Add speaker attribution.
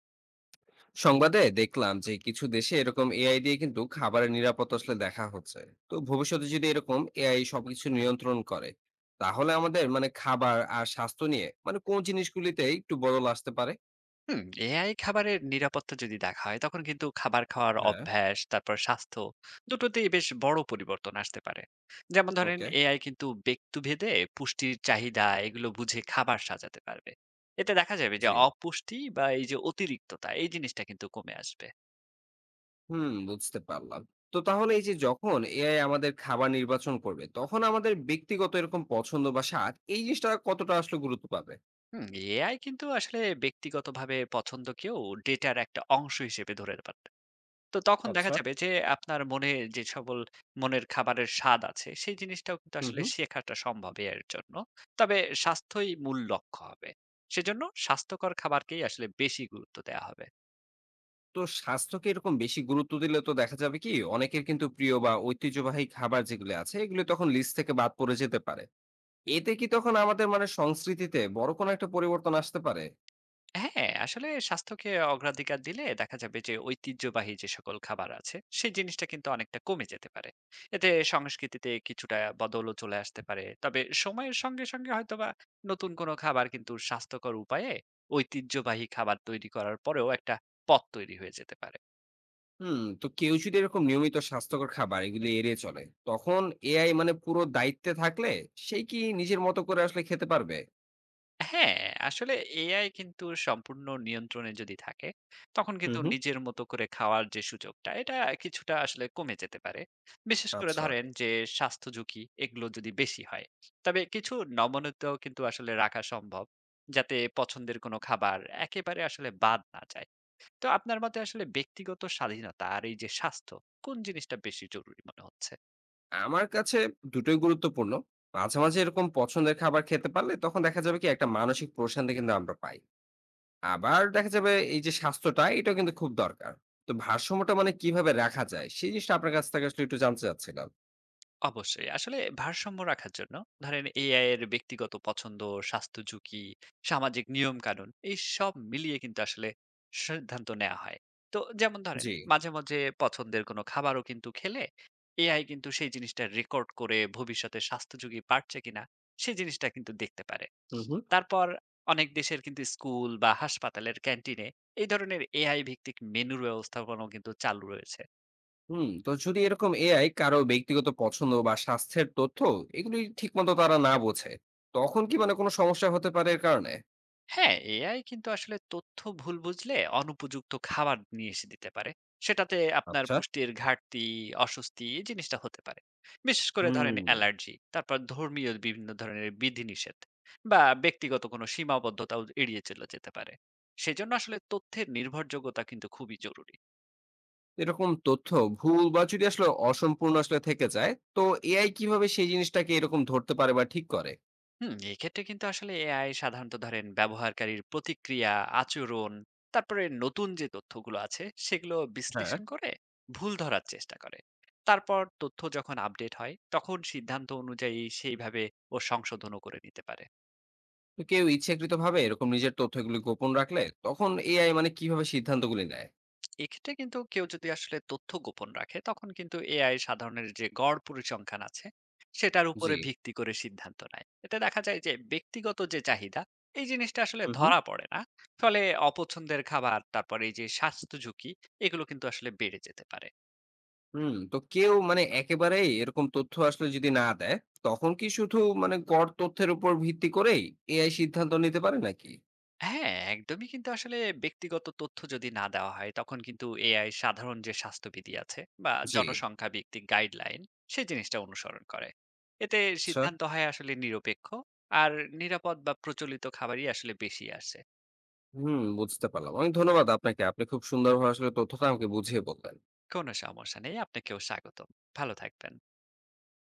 Speaker 1: সংবাদে দেখলাম যে কিছু দেশে এরকম এআই দিয়ে কিন্তু খাবারের নিরাপত্তা আসলে দেখা হচ্ছে। তো ভবিষ্যতে যদি এরকম এআই সবকিছু নিয়ন্ত্রণ করে, তাহলে আমাদের খাবার আর স্বাস্থ্য নিয়ে কোন জিনিসগুলিতে একটু বদল আসতে পারে?
Speaker 2: হুম, এআই খাবারের নিরাপত্তা যদি দেখা হয় তখন কিন্তু খাবার খাওয়ার
Speaker 1: হ্যাঁ।
Speaker 2: অভ্যাস তারপর স্বাস্থ্য দুটোতেই বেশ বড় পরিবর্তন আসতে পারে। যেমন ধরেন
Speaker 1: ওকে।
Speaker 2: এআই কিন্তু ব্যক্তিভেদে পুষ্টির চাহিদা এগুলো বুঝে খাবার সাজাতে পারবে। এতে দেখা যাবে যে
Speaker 1: জি।
Speaker 2: অপুষ্টি বা এই যে অতিরিক্ততা এই জিনিসটা কিন্তু কমে আসবে।
Speaker 1: হুম, বুঝতে পারলাম। তো তাহলে এই যে যখন এআই আমাদের খাবার নির্বাচন করবে, তখন আমাদের ব্যক্তিগত এরকম পছন্দ বা স্বাদ এই জিনিসটা কতটা আসলে গুরুত্ব পাবে?
Speaker 2: হুম এআই কিন্তু আসলে ব্যক্তিগতভাবে পছন্দকেও ডেটার একটা অংশ হিসেবে ধরে পারে। তো তখন দেখা
Speaker 1: আচ্ছা।
Speaker 2: যাবে যে আপনার মনে যে সকল মনের খাবারের স্বাদ আছে সেই জিনিসটাও কিন্তু
Speaker 1: হুম
Speaker 2: আসলে
Speaker 1: হুম
Speaker 2: শেখাটা সম্ভব এর জন্য। তবে স্বাস্থ্যই মূল লক্ষ্য হবে। সেজন্য স্বাস্থ্যকর খাবারকেই আসলে বেশি গুরুত্ব দেয়া হবে।
Speaker 1: তো স্বাস্থ্যকে এরকম বেশি গুরুত্ব দিলে তো দেখা যাবে কি অনেকের কিন্তু প্রিয় বা ঐতিহ্যবাহী খাবার যেগুলো আছে এগুলো তখন লিস্ট থেকে বাদ পড়ে যেতে পারে। এতে কি তখন আমাদের সংস্কৃতিতে বড় কোনো একটা পরিবর্তন আসতে পারে?
Speaker 2: হ্যাঁ, আসলে স্বাস্থ্যকে অগ্রাধিকার দিলে দেখা যাবে যে ঐতিহ্যবাহী যে সকল খাবার আছে সেই জিনিসটা কিন্তু অনেকটা কমে যেতে পারে। এতে সংস্কৃতিতে কিছুটা বদলও চলে আসতে পারে। তবে সময়ের সঙ্গে, সঙ্গে হয়তোবা নতুন কোনো খাবার কিন্তু স্বাস্থ্যকর উপায়ে ঐতিহ্যবাহী খাবার তৈরি করার পরেও একটা পথ তৈরি হয়ে যেতে পারে।
Speaker 1: হুম. তো কেউ যদি এরকম নিয়মিত স্বাস্থ্যকর খাবার এগুলি এড়িয়ে চলে, তখন এআই পুরো দায়িত্বে থাকলে, সে কি নিজের মতো করে আসলে খেতে পারবে?
Speaker 2: হ্যাঁ, আসলে এআই কিন্তু সম্পূর্ণ নিয়ন্ত্রণে যদি থাকে, তখন
Speaker 1: হুম
Speaker 2: কিন্তু
Speaker 1: হুম
Speaker 2: নিজের মতো করে খাওয়ার যে সুযোগটা, এটা কিছুটা আসলে কমে যেতে পারে। বিশেষ করে
Speaker 1: আচ্ছা।
Speaker 2: ধরেন যে স্বাস্থ্য ঝুঁকি, এগুলো যদি বেশি হয়। তবে কিছু নমনীয়তাও কিন্তু আসলে রাখা সম্ভব, যাতে পছন্দের কোনো খাবার একেবারে আসলে বাদ না যায়। তো আপনার মতে আসলে ব্যক্তিগত স্বাধীনতা আর এই যে স্বাস্থ্য, কোন জিনিসটা বেশি জরুরি মনে হচ্ছে?
Speaker 1: আমার কাছে দুটোই গুরুত্বপূর্ণ। মাঝে মাঝে এরকম পছন্দের খাবার খেতে পারলে তখন দেখা যাবে কি একটা মানসিক প্রশান্তি কিন্তু আমরা পাই। আবার দেখা যাবে এই যে স্বাস্থ্যটা এটাও কিন্তু খুব দরকার। তো ভারসাম্যটা কিভাবে রাখা যায়? সেই জিনিসটা আপনার কাছ থেকে আসলে একটু জানতে চাচ্ছিলাম।
Speaker 2: অবশ্যই। আসলে ভারসাম্য রাখার জন্য ধরেন AI এর ব্যক্তিগত পছন্দ, স্বাস্থ্য ঝুঁকি, সামাজিক নিয়ম-কানুন এই সব মিলিয়ে কিন্তু আসলে সিদ্ধান্ত নেওয়া হয়। তো যেমন ধরেন
Speaker 1: জি।
Speaker 2: মাঝে, মাঝে পছন্দের কোনো খাবারও কিন্তু খেলে AI কিন্তু সেই জিনিসটা রেকর্ড করে ভবিষ্যতে স্বাস্থ্য ঝুঁকি বাড়ছে কিনা সেই জিনিসটা কিন্তু দেখতে পারে।
Speaker 1: হুম, হুম।
Speaker 2: তারপর অনেক দেশের কিন্তু স্কুল বা হাসপাতালের ক্যান্টিনে এই ধরনের AI ভিত্তিক মেনুর ব্যবস্থাপনাও কিন্তু চালু রয়েছে।
Speaker 1: হুম, তো যদি এরকম এআই কারো ব্যক্তিগত পছন্দ বা স্বাস্থ্যের তথ্য এগুলি ঠিকমতো তারা না বোঝে, তখন কি কোনো সমস্যা হতে পারে এর কারণে?
Speaker 2: হ্যাঁ, এআই কিন্তু আসলে তথ্য ভুল বুঝলে অনুপযুক্ত খাবার নিয়ে এসে দিতে পারে। সেটাতে আপনার
Speaker 1: আচ্ছা।
Speaker 2: পুষ্টির ঘাটতি, অস্বস্তি এই জিনিসটা হতে পারে। বিশেষ করে ধরেন
Speaker 1: হুম,
Speaker 2: অ্যালার্জি, তারপর ধর্মীয় বিভিন্ন ধরনের বিধিনিষেধ বা ব্যক্তিগত কোনো সীমাবদ্ধতাও এড়িয়ে চলে যেতে পারে। সেজন্য আসলে তথ্যের নির্ভরযোগ্যতা কিন্তু খুবই জরুরি।
Speaker 1: এরকম তথ্য ভুল বা যদি আসলে অসম্পূর্ণ আসলে থেকে যায়, তো এআই কিভাবে সেই জিনিসটাকে এরকম ধরতে পারে বা ঠিক করে?
Speaker 2: এক্ষেত্রে কিন্তু আসলে এআই সাধারণত ধরেন ব্যবহারকারীর প্রতিক্রিয়া, আচরণ, তারপরে নতুন যে তথ্যগুলো আছে সেগুলো
Speaker 1: হ্যাঁ।
Speaker 2: বিশ্লেষণ করে ভুল ধরার চেষ্টা করে। তারপর তথ্য যখন আপডেট হয় তখন সিদ্ধান্ত অনুযায়ী সেইভাবে ও সংশোধনও করে নিতে পারে।
Speaker 1: তো কেউ ইচ্ছাকৃতভাবে এরকম নিজের তথ্যগুলি গোপন রাখলে তখন এআই কিভাবে সিদ্ধান্তগুলি নেয়?
Speaker 2: এক্ষেত্রে কিন্তু কেউ যদি আসলে তথ্য গোপন রাখে তখন কিন্তু এআই সাধারণের যে গড় পরিসংখ্যান আছে সেটার
Speaker 1: জি।
Speaker 2: উপরে ভিত্তি করে সিদ্ধান্ত নেয়। এতে দেখা যায় যে ব্যক্তিগত যে চাহিদা এই জিনিসটা আসলে
Speaker 1: হুম হুম
Speaker 2: ধরা পড়ে না। ফলে অপছন্দের খাবার, তারপরে এই যে স্বাস্থ্য ঝুঁকি এগুলো কিন্তু আসলে বেড়ে যেতে পারে।
Speaker 1: হুম, তো কেউ একেবারেই এরকম তথ্য আসলে যদি না দেয়, তখন কি শুধু গড় তথ্যের উপর ভিত্তি করেই এআই সিদ্ধান্ত নিতে পারে নাকি?
Speaker 2: হ্যাঁ, একদমই কিন্তু আসলে ব্যক্তিগত তথ্য যদি না দেওয়া হয়, তখন কিন্তু এআই সাধারণ যে স্বাস্থ্যবিধি আছে বা
Speaker 1: জি।
Speaker 2: জনসংখ্যা ভিত্তিক গাইডলাইন, সেই জিনিসটা অনুসরণ করে। এতে
Speaker 1: আচ্ছা।
Speaker 2: সিদ্ধান্ত হয় আসলে নিরপেক্ষ, আর নিরাপদ বা প্রচলিত খাবারই আসলে বেশি আসে।
Speaker 1: হুম, বুঝতে পারলাম। অনেক ধন্যবাদ আপনাকে, আপনি খুব সুন্দরভাবে আসলে তথ্যটা আমাকে বুঝিয়ে বললেন।
Speaker 2: কোনো সমস্যা নেই। আপনাকেও স্বাগতম। ভালো থাকবেন।